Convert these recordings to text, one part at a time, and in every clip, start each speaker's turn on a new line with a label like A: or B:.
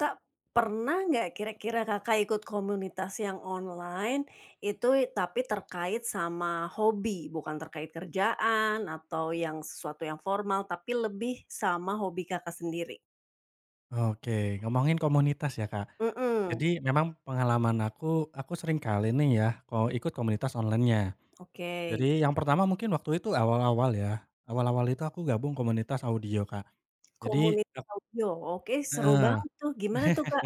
A: Kak, pernah nggak kira-kira Kakak ikut komunitas yang online itu tapi terkait sama hobi, bukan terkait kerjaan atau yang sesuatu yang formal, tapi lebih sama hobi Kakak sendiri?
B: Oke, ngomongin komunitas ya, Kak.
A: Mhm,
B: Jadi memang pengalaman aku sering kali nih ya ikut komunitas online-nya. Jadi
A: oke.
B: yang pertama mungkin waktu itu awal-awal ya, awal-awal itu aku gabung komunitas audio, Kak. Jadi ak
A: Komunitas audio, oke seru
B: heeh,
A: banget tuh, gimana tuh, Kak?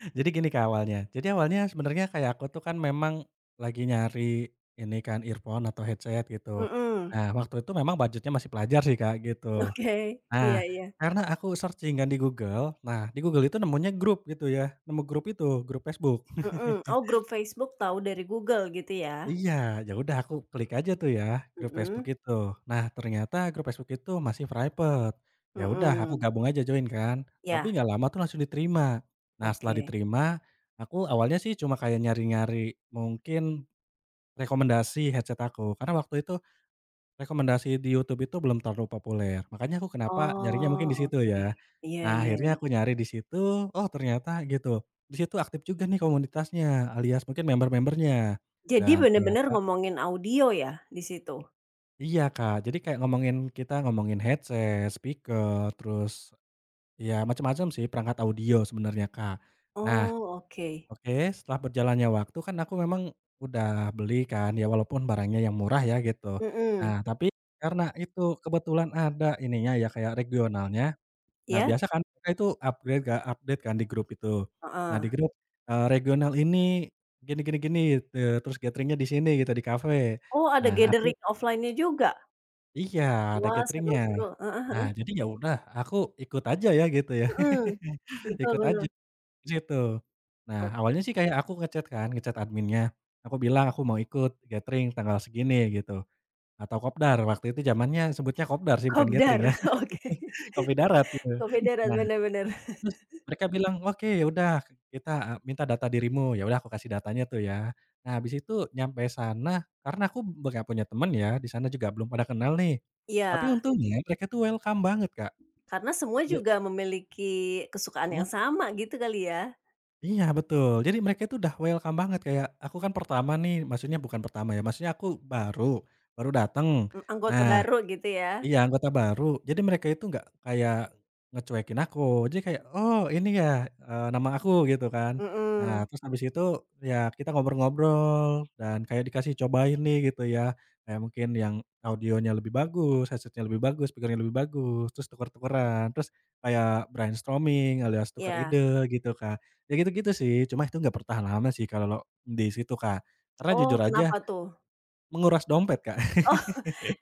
B: jadi gini Kak awalnya, jadi awalnya sebenarnya kayak aku tuh kan memang lagi nyari ini kan earphone atau headset gitu.
A: Mhm,
B: Nah waktu itu memang budgetnya masih pelajar sih, Kak, gitu.
A: oke, iya
B: Nah,
A: iya,
B: karena aku searching kan di Google, nah di Google itu nemunya grup gitu ya, nemu grup itu, grup Facebook.
A: mhm. Oh, grup Facebook tahu dari Google gitu ya?
B: Iya, ya udah aku klik aja tuh ya, grup Facebook
A: Mhm,
B: itu. Nah, ternyata grup Facebook itu masih private. Ya udah aku
A: mhm,
B: gabung aja join kan, tapi
A: ya,
B: nggak lama tuh langsung diterima. Nah, setelah
A: oke.
B: diterima, aku awalnya sih cuma kayak nyari-nyari mungkin rekomendasi headset aku, karena waktu itu rekomendasi di YouTube itu belum terlalu populer, makanya aku kenapa nyarinya mungkin di
A: Oh,
B: situ
A: oke.
B: ya.
A: Iya
B: Nah,
A: iya
B: akhirnya
A: iya.
B: aku nyari di situ, oh ternyata gitu, di situ aktif juga nih komunitasnya, alias mungkin member-membernya.
A: Jadi
B: Dan
A: bener-bener
B: ternyata
A: ngomongin audio ya di situ?
B: iya Kak, jadi kayak kita ngomongin headset, speaker, terus ya macam-macam sih perangkat audio sebenarnya Kak. Nah
A: Oh oke,
B: Oke, setelah berjalannya waktu kan aku memang udah beli kan, ya walaupun barangnya yang murah ya gitu.
A: mhm,
B: Nah, tapi karena itu kebetulan ada ininya ya kayak regionalnya. Nah,
A: ya?
B: biasa kan mereka itu upgrade gak update kan di grup itu. Nah,
A: Heeh.
B: di grup, regional ini gini gini gini, terus gatheringnya di sini gitu, di kafe.
A: Oh ada
B: Nah, aku
A: gathering offline-nya juga?
B: iya, ada
A: Wah seru
B: gatheringnya.
A: seru, heeh
B: Nah,
A: heeh,
B: jadi ya udah aku ikut aja ya gitu ya.
A: mhm, betul
B: Ikut aja.
A: bener,
B: Di situ. Nah, awalnya sih kayak aku nge-chat kan, nge-chat adminnya. Aku bilang aku mau ikut gathering tanggal segini gitu, atau kopdar, waktu itu zamannya sebutnya kopdar sih bukan
A: kopdar
B: gathering ya,
A: oke,
B: kopi darat gitu.
A: kopdaran
B: Nah,
A: bener bener.
B: terus mereka bilang, "Oke, ya udah kita, minta data dirimu." Ya udah aku kasih datanya tuh ya. Nah, habis itu nyampe sana, karena aku nggak punya temen ya, di sana juga belum pada kenal nih. Tapi
A: Iya,
B: untungnya mereka tuh welcome banget, Kak.
A: karena semua
B: Ja
A: juga memiliki kesukaan
B: mhm.
A: yang sama gitu kali ya?
B: Iya betul, jadi mereka itu udah welcome banget kayak aku kan pertama nih, maksudnya bukan pertama ya, maksudnya aku baru, baru datang.
A: Mmm, anggota
B: Nah
A: baru gitu ya?
B: Iya, anggota baru. Jadi mereka itu nggak kayak ngecuekin aku. Jadi kayak, "Oh ini ya, nama aku," gitu kan.
A: Mhm,
B: Nah, terus habis itu ya kita ngobrol-ngobrol dan kayak dikasih cobain nih gitu ya, kayak mungkin yang audionya lebih bagus, headset-nya lebih bagus, speaker-nya lebih bagus, terus tuker-tukeran, terus kayak brainstorming alias tukar
A: iya.
B: ide gitu, Kak. Ya gitu-gitu sih, cuma itu nggak bertahan lama sih kalau di situ, Kak. Karena
A: Oh
B: jujur aja
A: kenapa tuh?
B: menguras dompet, Kak.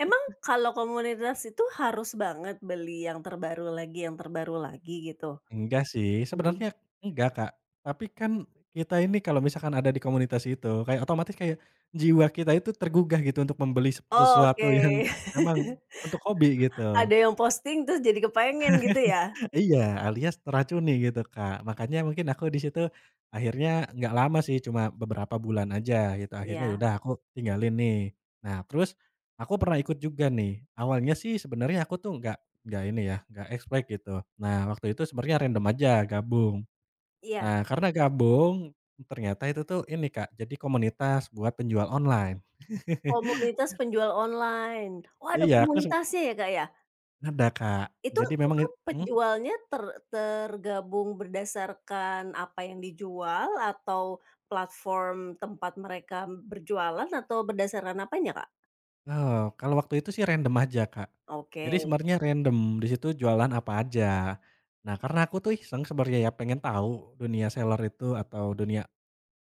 A: Emang kalau komunitas itu harus banget beli yang terbaru lagi gitu?
B: Enggak sih,
A: Mhm.
B: sebenarnya enggak, Kak. Tapi kan kita ini kalau misalkan ada di komunitas itu, kayak otomatis kayak jiwa kita itu tergugah gitu untuk membeli
A: Oh,
B: sesuatu yang
A: oke.
B: memang untuk hobi gitu.
A: Ada yang posting terus jadi kepengen gitu ya?
B: Iya, alias teracuni gitu, Kak. Makanya mungkin aku di situ akhirnya nggak lama sih, cuma beberapa bulan aja gitu, akhirnya
A: Iya
B: yaudah aku tinggalin nih. Nah, terus aku pernah ikut juga nih. Awalnya sih sebenarnya aku tuh nggak ini ya, nggak expect gitu. Nah, waktu itu sebenarnya random aja gabung.
A: iya,
B: Nah, karena gabung, ternyata itu tuh ini Kak, jadi komunitas buat penjual online.
A: komunitas penjual online. Oh, ada
B: Iya, aku seb
A: komunitasnya ya, Kak, ya?
B: ada Kak.
A: Itu
B: Jadi memang
A: itu
B: mhm?
A: penjualnya ter tergabung berdasarkan apa yang dijual atau platform tempat mereka berjualan atau berdasarkan apanya, Kak?
B: Kalau waktu itu sih random aja Kak.
A: Oke,
B: Jadi sebenarnya random, di situ jualan apa aja. Nah, karena aku tuh iseng sebenarnya ya, pengen tahu dunia seller itu atau dunia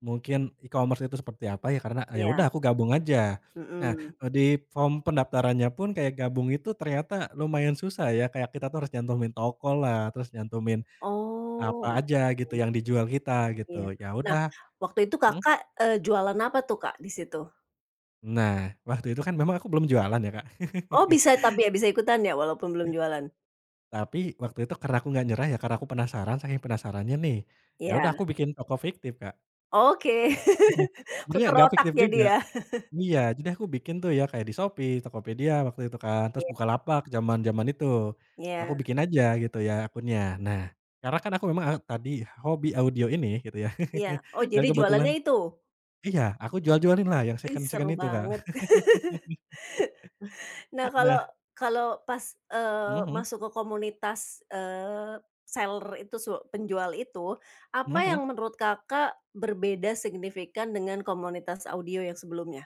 B: Mungkin e-commerce itu seperti apa ya, karena, "Ah, ya
A: iya,
B: udah aku gabung aja." Nah,
A: mhm.
B: di form pendaftarannya pun kayak gabung itu ternyata lumayan susah ya, kayak kita tuh harus nyantumin tokolah, terus nyantumin apa
A: Oh, oke,
B: aja gitu yang dijual kita
A: iya.
B: gitu, ya
A: Nah,
B: udah
A: waktu itu
B: mhm?
A: Kakak, jualan apa tuh, Kak, di situ?
B: Nah, waktu itu kan memang aku belum jualan ya, Kak.
A: Oh, bisa tapi ya, bisa ikutan ya walaupun belum jualan?
B: Tapi waktu itu karena aku nggak nyerah ya, karena aku penasaran, saking penasarannya nih, ya udah aku
A: Iya,
B: bikin toko fiktif, Kak.
A: oke.
B: Sebenarnya
A: Puter
B: nggak
A: otak
B: fiktif
A: jadi
B: juga.
A: ya?
B: Iya, jadi aku bikin tuh ya kayak di Shopee, Tokopedia waktu itu kan, terus
A: Iya
B: Bukalapak zaman-zaman itu. Aku
A: iya
B: bikin aja gitu ya akunnya. Nah, karena kan aku memang tadi hobi audio ini gitu ya.
A: iya. Oh,
B: Dan
A: jadi
B: kebetulan
A: jualannya itu?
B: iya, aku jual-jualin lah yang
A: Ih,
B: second-second
A: seru
B: itu Kak.
A: banget. Nah, kalau
B: Nah
A: kalau pas,
B: mhm
A: masuk ke komunitas, seller itu su penjual itu,
B: mhm
A: apa
B: mhm.
A: yang menurut Kakak berbeda signifikan dengan komunitas audio yang sebelumnya?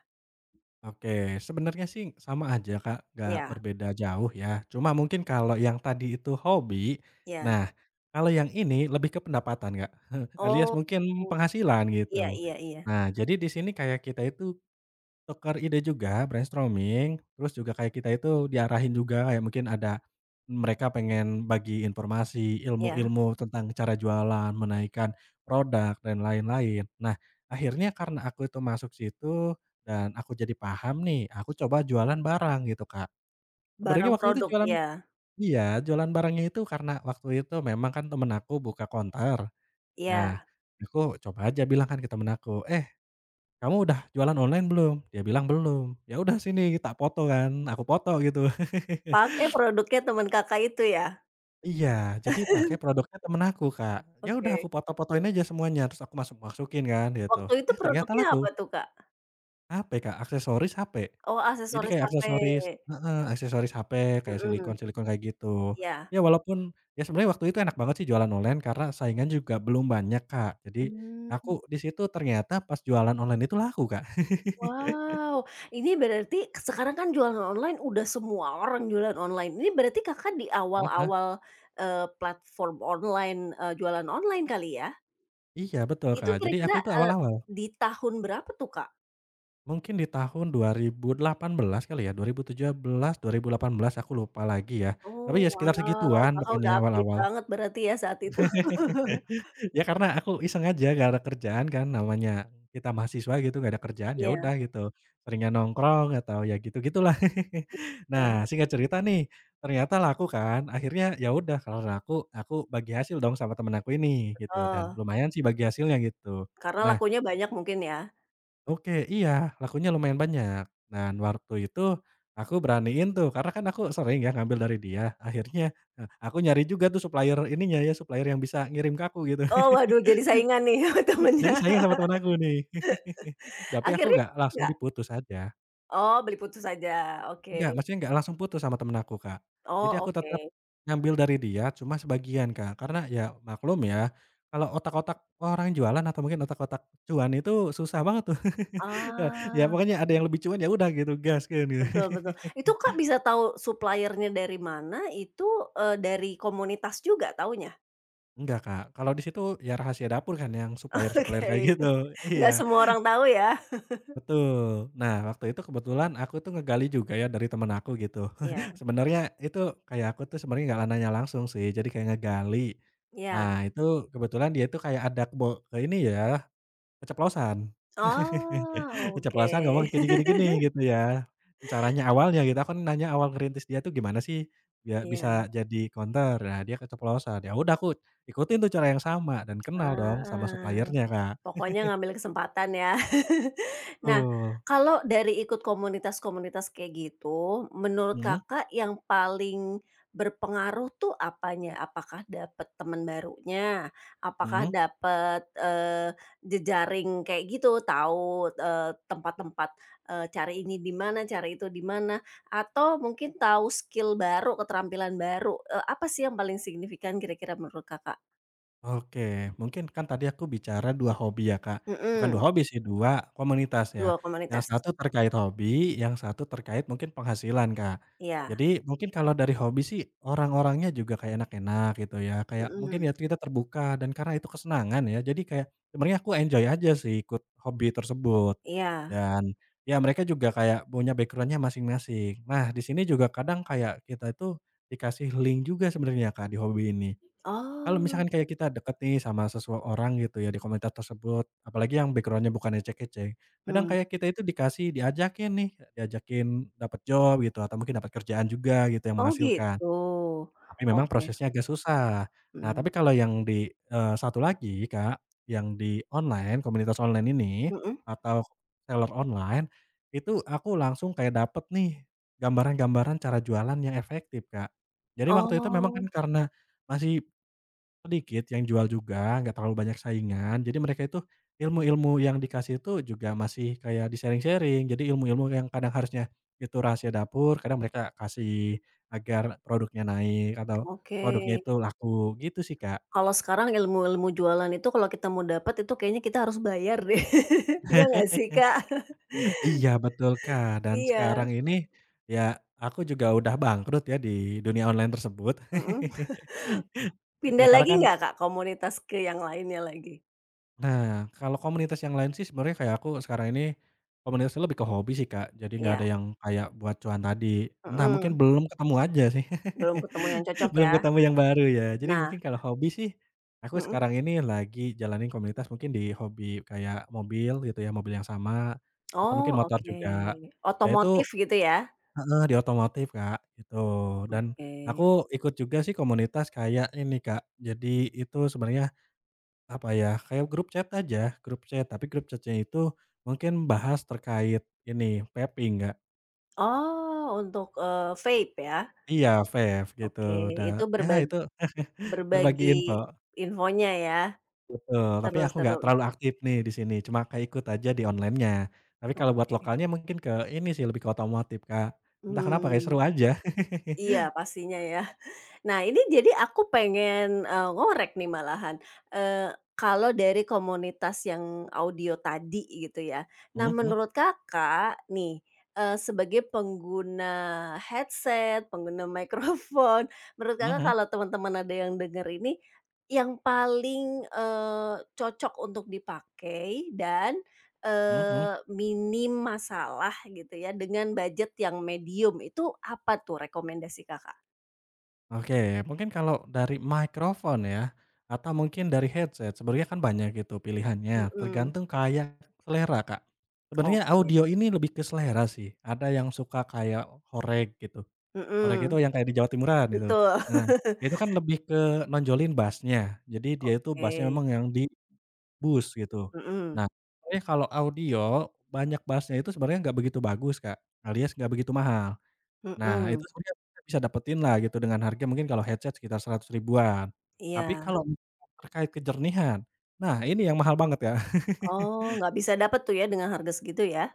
B: Oke, sebenarnya sih sama aja Kak, nggak
A: Iya
B: berbeda jauh ya. Cuma mungkin kalau yang tadi itu hobi,
A: iya.
B: nah kalau yang ini lebih ke pendapatan Kak, alias
A: Oh,
B: mungkin penghasilan
A: iya
B: gitu.
A: iya iya
B: Nah jadi di sini kayak kita itu tukar ide juga, brainstorming, terus juga kayak kita itu diarahin juga kayak mungkin ada mereka pengen bagi informasi,
A: iya,
B: ilmu-ilmu tentang cara jualan, menaikkan produk dan lain-lain. Nah, akhirnya karena aku itu masuk situ dan aku jadi paham nih, aku coba jualan barang gitu, Kak. Sebenarnya
A: barang
B: waktu itu
A: produk,
B: jualan
A: iya
B: iya, jualan barangnya itu karena waktu itu memang kan temen aku buka konter. Nah,
A: iya,
B: aku coba aja bilang kan ke temen aku, "Eh, kamu udah jualan online belum?" Dia bilang, "Belum." "Ya udah sini," tak foto kan, aku foto gitu.
A: pakai produknya temen Kakak itu ya?
B: Iya, jadi pakai produknya temen aku, Kak. Ya udah aku
A: Oke,
B: foto-fotoin aja semuanya, terus aku masuk-masukin kan gitu.
A: waktu itu
B: Eh, ternyata
A: produknya
B: laku.
A: apa tuh, Kak?
B: HP, Kak, aksesoris HP.
A: Oh,
B: Jadi
A: aksesoris
B: kayak aksesoris
A: HP,
B: heeh, aksesoris HP kayak
A: mhm,
B: silikon-silikon kayak gitu.
A: iya,
B: Ya walaupun ya sebenarnya waktu itu enak banget sih jualan online karena saingan juga belum banyak, Kak. Jadi aku
A: mmm,
B: di situ ternyata pas jualan online itu laku, Kak.
A: wow, ini berarti sekarang kan jualan online udah semua orang jualan online, ini berarti Kakak di
B: Heeh.
A: awal-awal, platform online, jualan online kali ya?
B: Iya betul,
A: Itu
B: Kak. Jadi aku
A: kira-kira
B: itu awal-awal
A: di tahun berapa tuh, Kak?
B: mungkin di tahun 2018 kali ya, 2017, 2018 aku lupa lagi ya.
A: Oh,
B: Tapi ya sekitar
A: wow,
B: segituan
A: Kakak udah
B: pokoknya
A: update
B: awal-awal.
A: banget berarti ya saat itu.
B: Ya karena aku iseng aja gak ada kerjaan kan, namanya kita mahasiswa gitu gak ada kerjaan, ya
A: Iya,
B: udah gitu, seringnya nongkrong atau ya gitu-gitulah.
A: iya.
B: Nah singkat cerita nih, ternyata laku kan, akhirnya ya udah kalau laku, aku bagi hasil dong sama temen aku ini gitu, dan
A: Heeh,
B: lumayan sih bagi hasilnya gitu.
A: karena
B: Nah
A: lakunya banyak mungkin ya?
B: Oke, iya, lakunya lumayan banyak. Dan waktu itu aku beraniin tuh, karena kan aku sering ya ngambil dari dia. Akhirnya, aku nyari juga tuh supplier ininya ya, supplier yang bisa ngirim ke aku gitu.
A: Oh, waduh jadi saingan nih
B: Jadi
A: temennya.
B: sayang sama temen aku nih. Tapi aku
A: Akhirnya
B: nggak langsung
A: enggak?
B: diputus aja.
A: Oh, beli putus saja. Oke.
B: Enggak, maksudnya nggak langsung putus sama temen aku, Kak. Jadi
A: Oh,
B: aku
A: oke.
B: tetap ngambil dari dia, cuma sebagian, Kak. Karena ya maklum ya, kalau otak-otak orang jualan atau mungkin otak-otak cuan itu susah banget tuh. Ya
A: Ah,
B: pokoknya ada yang lebih cuan, ya udah gitu, gas kan gitu.
A: betul betul. Itu Kak bisa tahu supplier dari mana itu, dari komunitas juga taunya?
B: Enggak, Kak, kalau di situ ya rahasia dapur kan yang supplier-supplier kayak
A: Oke.
B: gitu.
A: Nggak
B: Iya,
A: semua orang tahu ya?
B: betul. Nah, waktu itu kebetulan aku tuh ngegali juga ya dari temen aku gitu.
A: Iya
B: Sebenarnya itu kayak aku tuh sebenarnya nggak nanya langsung sih, jadi kayak ngegali.
A: iya.
B: Nah, itu kebetulan dia tuh kayak ada kebo eee, ini ya, keceplosan.
A: Oh,
B: Keceplosan
A: oke.
B: ngomong gini gini gini, gitu ya. Caranya awalnya gitu, aku kan nanya awal ngerintis dia tuh gimana sih, biar bisa
A: Iya.
B: jadi konter. Nah, dia keceplosan, ya udah aku ikutin tuh cara yang sama dan kenal dong sama
A: Ah,
B: supplier Kak.
A: pokoknya ngambil kesempatan ya. Nah,
B: Betul.
A: kalau dari ikut komunitas-komunitas kayak gitu, menurut
B: Mhm
A: Kakak yang paling berpengaruh tuh apanya? Apakah dapet teman barunya? Apakah
B: mhm.
A: dapet, jejaring kayak gitu, tahu, tempat-tempat, cari ini di mana, cari itu di mana, atau mungkin tahu skill baru, keterampilan baru, apa sih yang paling signifikan kira-kira menurut Kakak?
B: Oke, mungkin kan tadi aku bicara 2 hobi ya, Kak. Bukan 2
A: Mhm.
B: hobi sih, 2 komunitas ya.
A: Dua
B: Yang
A: komunitas?
B: satu terkait hobi, yang satu terkait mungkin penghasilan, Kak. Jadi
A: Iya,
B: mungkin kalau dari hobi sih orang-orangnya juga kayak enak-enak gitu ya, kayak mungkin
A: mhm,
B: ya kita terbuka dan karena itu kesenangan ya, jadi kayak sebenarnya aku enjoy aja sih ikut hobi tersebut.
A: iya.
B: Dan ya mereka juga kayak punya background masing-masing. Nah, di sini juga kadang kayak kita itu dikasih link juga sebenarnya, Kak, di hobi ini. Kalau misalkan
A: Oh,
B: kayak kita deket nih sama seseorang gitu ya di komunitas tersebut, apalagi yang background bukan ecek-ecek, kadang
A: mmm,
B: kayak kita itu diajakin nih, diajakin dapat job gitu atau mungkin dapat kerjaan juga gitu yang
A: oh
B: menghasilkan,
A: gitu,
B: tapi memang
A: oke,
B: prosesnya agak susah. Nah
A: mmm,
B: tapi kalau yang di, satu lagi Kak, yang di online, komunitas online ini
A: mhm,
B: atau seller online, itu aku langsung kayak dapet nih gambaran-gambaran cara jualan yang efektif Kak. Jadi waktu itu memang kan
A: oh,
B: karena masih sedikit yang jual juga, nggak terlalu banyak saingan. Jadi mereka itu ilmu-ilmu yang dikasih itu juga masih kayak di-sharing-sharing. Jadi ilmu-ilmu yang kadang harusnya itu rahasia dapur, kadang mereka kasih agar produknya naik atau
A: oke.
B: produknya itu laku, gitu sih, Kak.
A: Kalau sekarang ilmu-ilmu jualan itu kalau kita mau dapat itu kayaknya kita harus bayar deh, iya nggak sih, Kak?
B: Iya, betul, Kak. Dan
A: Iya,
B: sekarang ini ya aku juga udah bangkrut ya di dunia online tersebut.
A: mhm,
B: Ya
A: pindah
B: karena
A: lagi
B: kan
A: nggak, Kak, komunitas ke yang lainnya lagi?
B: Nah, kalau komunitas yang lain sih sebenarnya kayak aku sekarang ini, komunitasnya lebih ke hobi sih, Kak. Jadi nggak
A: Iya,
B: ada yang kayak buat cuan tadi. Entah mungkin
A: mhm,
B: belum ketemu aja sih.
A: belum ketemu yang cocok
B: Belum
A: ya?
B: ketemu yang baru ya. Jadi
A: Nah
B: mungkin kalau hobi sih, aku
A: mhm,
B: sekarang ini lagi jalanin komunitas mungkin di hobi kayak mobil gitu ya, mobil yang sama, atau
A: oh
B: mungkin motor
A: oke,
B: juga. Ya itu
A: otomotif gitu ya?
B: di otomotif, Kak, gitu. Dan
A: Oke.
B: aku ikut juga sih komunitas kayak ini, Kak. Jadi itu sebenarnya apa ya, kayak grup chat, tapi grup chatnya itu mungkin bahas terkait ini, vaping, nggak.
A: Oh, untuk, vape ya?
B: Iya, vape gitu,
A: Oke,
B: da
A: itu
B: ya
A: berbag
B: itu berbagi info,
A: berbagi infonya ya?
B: betul, tapi
A: Seru
B: aku nggak
A: seru,
B: terlalu aktif nih di sini, cuma kayak ikut aja di online-nya. Tapi kalau buat
A: oke.
B: lokalnya mungkin ke ini sih, lebih ke otomotif, Kak. Entah kenapa kayak seru
A: Mmm.
B: aja.
A: Iya, pastinya ya. Nah, ini jadi aku pengen, ngorek nih malahan, kalau dari komunitas yang audio tadi gitu ya. Nah, menurut Kakak nih, sebagai pengguna headset, pengguna mikrofon, menurut
B: mhm
A: Kakak
B: mhm
A: kalau teman-teman ada yang denger ini, yang paling, cocok untuk dipakai dan
B: mhm. Mhm.
A: eh minim masalah gitu ya, dengan budget yang medium, itu apa tuh rekomendasi Kakak?
B: Oke, mungkin kalau dari microphone ya, atau mungkin dari headset, sebenarnya kan banyak gitu pilihannya,
A: Mhm,
B: tergantung kayak selera, Kak. Sebenarnya
A: oke,
B: audio ini lebih ke selera sih, ada yang suka kayak horeg gitu, horeg itu
A: mhm,
B: yang kayak di Jawa Timuran itu.
A: betul.
B: Nah, itu kan lebih ke nonjolin bass-nya, jadi dia itu bass-nya
A: Oke,
B: memang yang di boost gitu.
A: mhm
B: Nah, sebenarnya kalau audio, banyak bass-nya itu sebenarnya nggak begitu bagus, Kak, alias nggak begitu mahal. Nah, itu
A: mhm,
B: sebenarnya kita bisa dapetinlah gitu dengan harga mungkin kalau headset sekitar 100 ribuan. Tapi
A: iya.
B: kalau terkait kejernihan, nah ini yang mahal banget ya.
A: Oh, nggak bisa dapat tuh ya dengan harga segitu ya?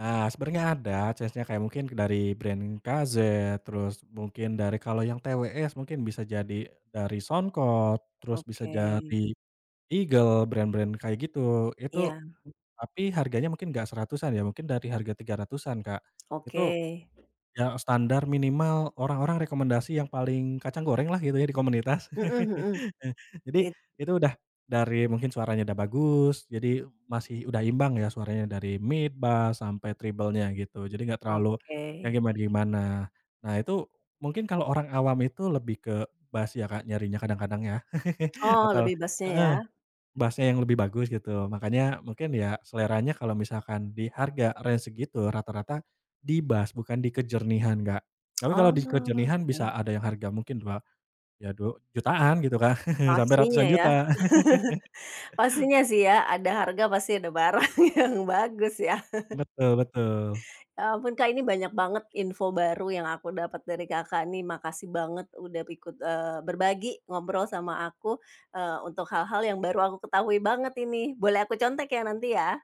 B: Nah, sebenarnya ada chance-nya kayak mungkin dari brand KZ, terus mungkin dari kalau yang TWS mungkin bisa jadi dari Soundcore, terus bisa
A: Oke,
B: dari Eagle, brand-brand kayak gitu.
A: iya,
B: Tapi harganya mungkin nggak seratusan ya, mungkin dari harga 300-an, Kak.
A: oke,
B: Itu Ya standar minimal orang-orang rekomendasi yang paling kacang goreng lah gitu ya di komunitas.
A: mhm mhm,
B: Eh, jadi
A: it
B: itu udah dari mungkin suaranya udah bagus, jadi udah imbang ya suaranya dari mid, bass, sampai treble-nya gitu. Jadi nggak terlalu
A: oke.
B: yang gimana-gimana. Nah itu mungkin kalau orang awam itu lebih ke bass ya Kak nyarinya kadang-kadang ya
A: Oh,
B: atau
A: lebih basnya ya?
B: bass-nya yang lebih bagus gitu. Makanya mungkin ya seleranya kalau misalkan di harga range segitu rata-rata di bass bukan di kejernihan, Kak. Tapi kalau
A: Oh,
B: di kejernihan bisa
A: oke.
B: ada yang harga mungkin ya jutaan gitu, Kak, sampai ratusan
A: Pastinya ya,
B: juta.
A: pastinya sih ya, ada harga pasti ada barang yang bagus ya.
B: Betul betul.
A: Ya ampun Kak, ini banyak banget info baru yang aku dapat dari Kakak nih, makasih banget udah ikut, berbagi, ngobrol sama aku, untuk hal-hal yang baru aku ketahui banget ini. Boleh aku contek ya nanti ya?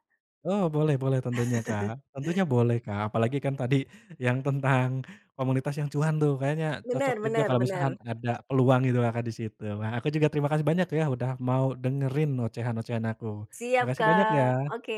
B: Oh, boleh boleh tentunya, Kak. Tentunya boleh, Kak. Apalagi kan tadi yang tentang komunitas yang cuan tuh kayaknya cocok
A: Bener
B: juga
A: bener
B: kalau misalkan
A: bener.
B: ada peluang gitu, Kakak, di situ. Wah, aku juga terima kasih banyak ya udah mau dengerin ocehan-ocehan aku.
A: Siap
B: Makasih banyak
A: Kak,
B: ya.
A: oke.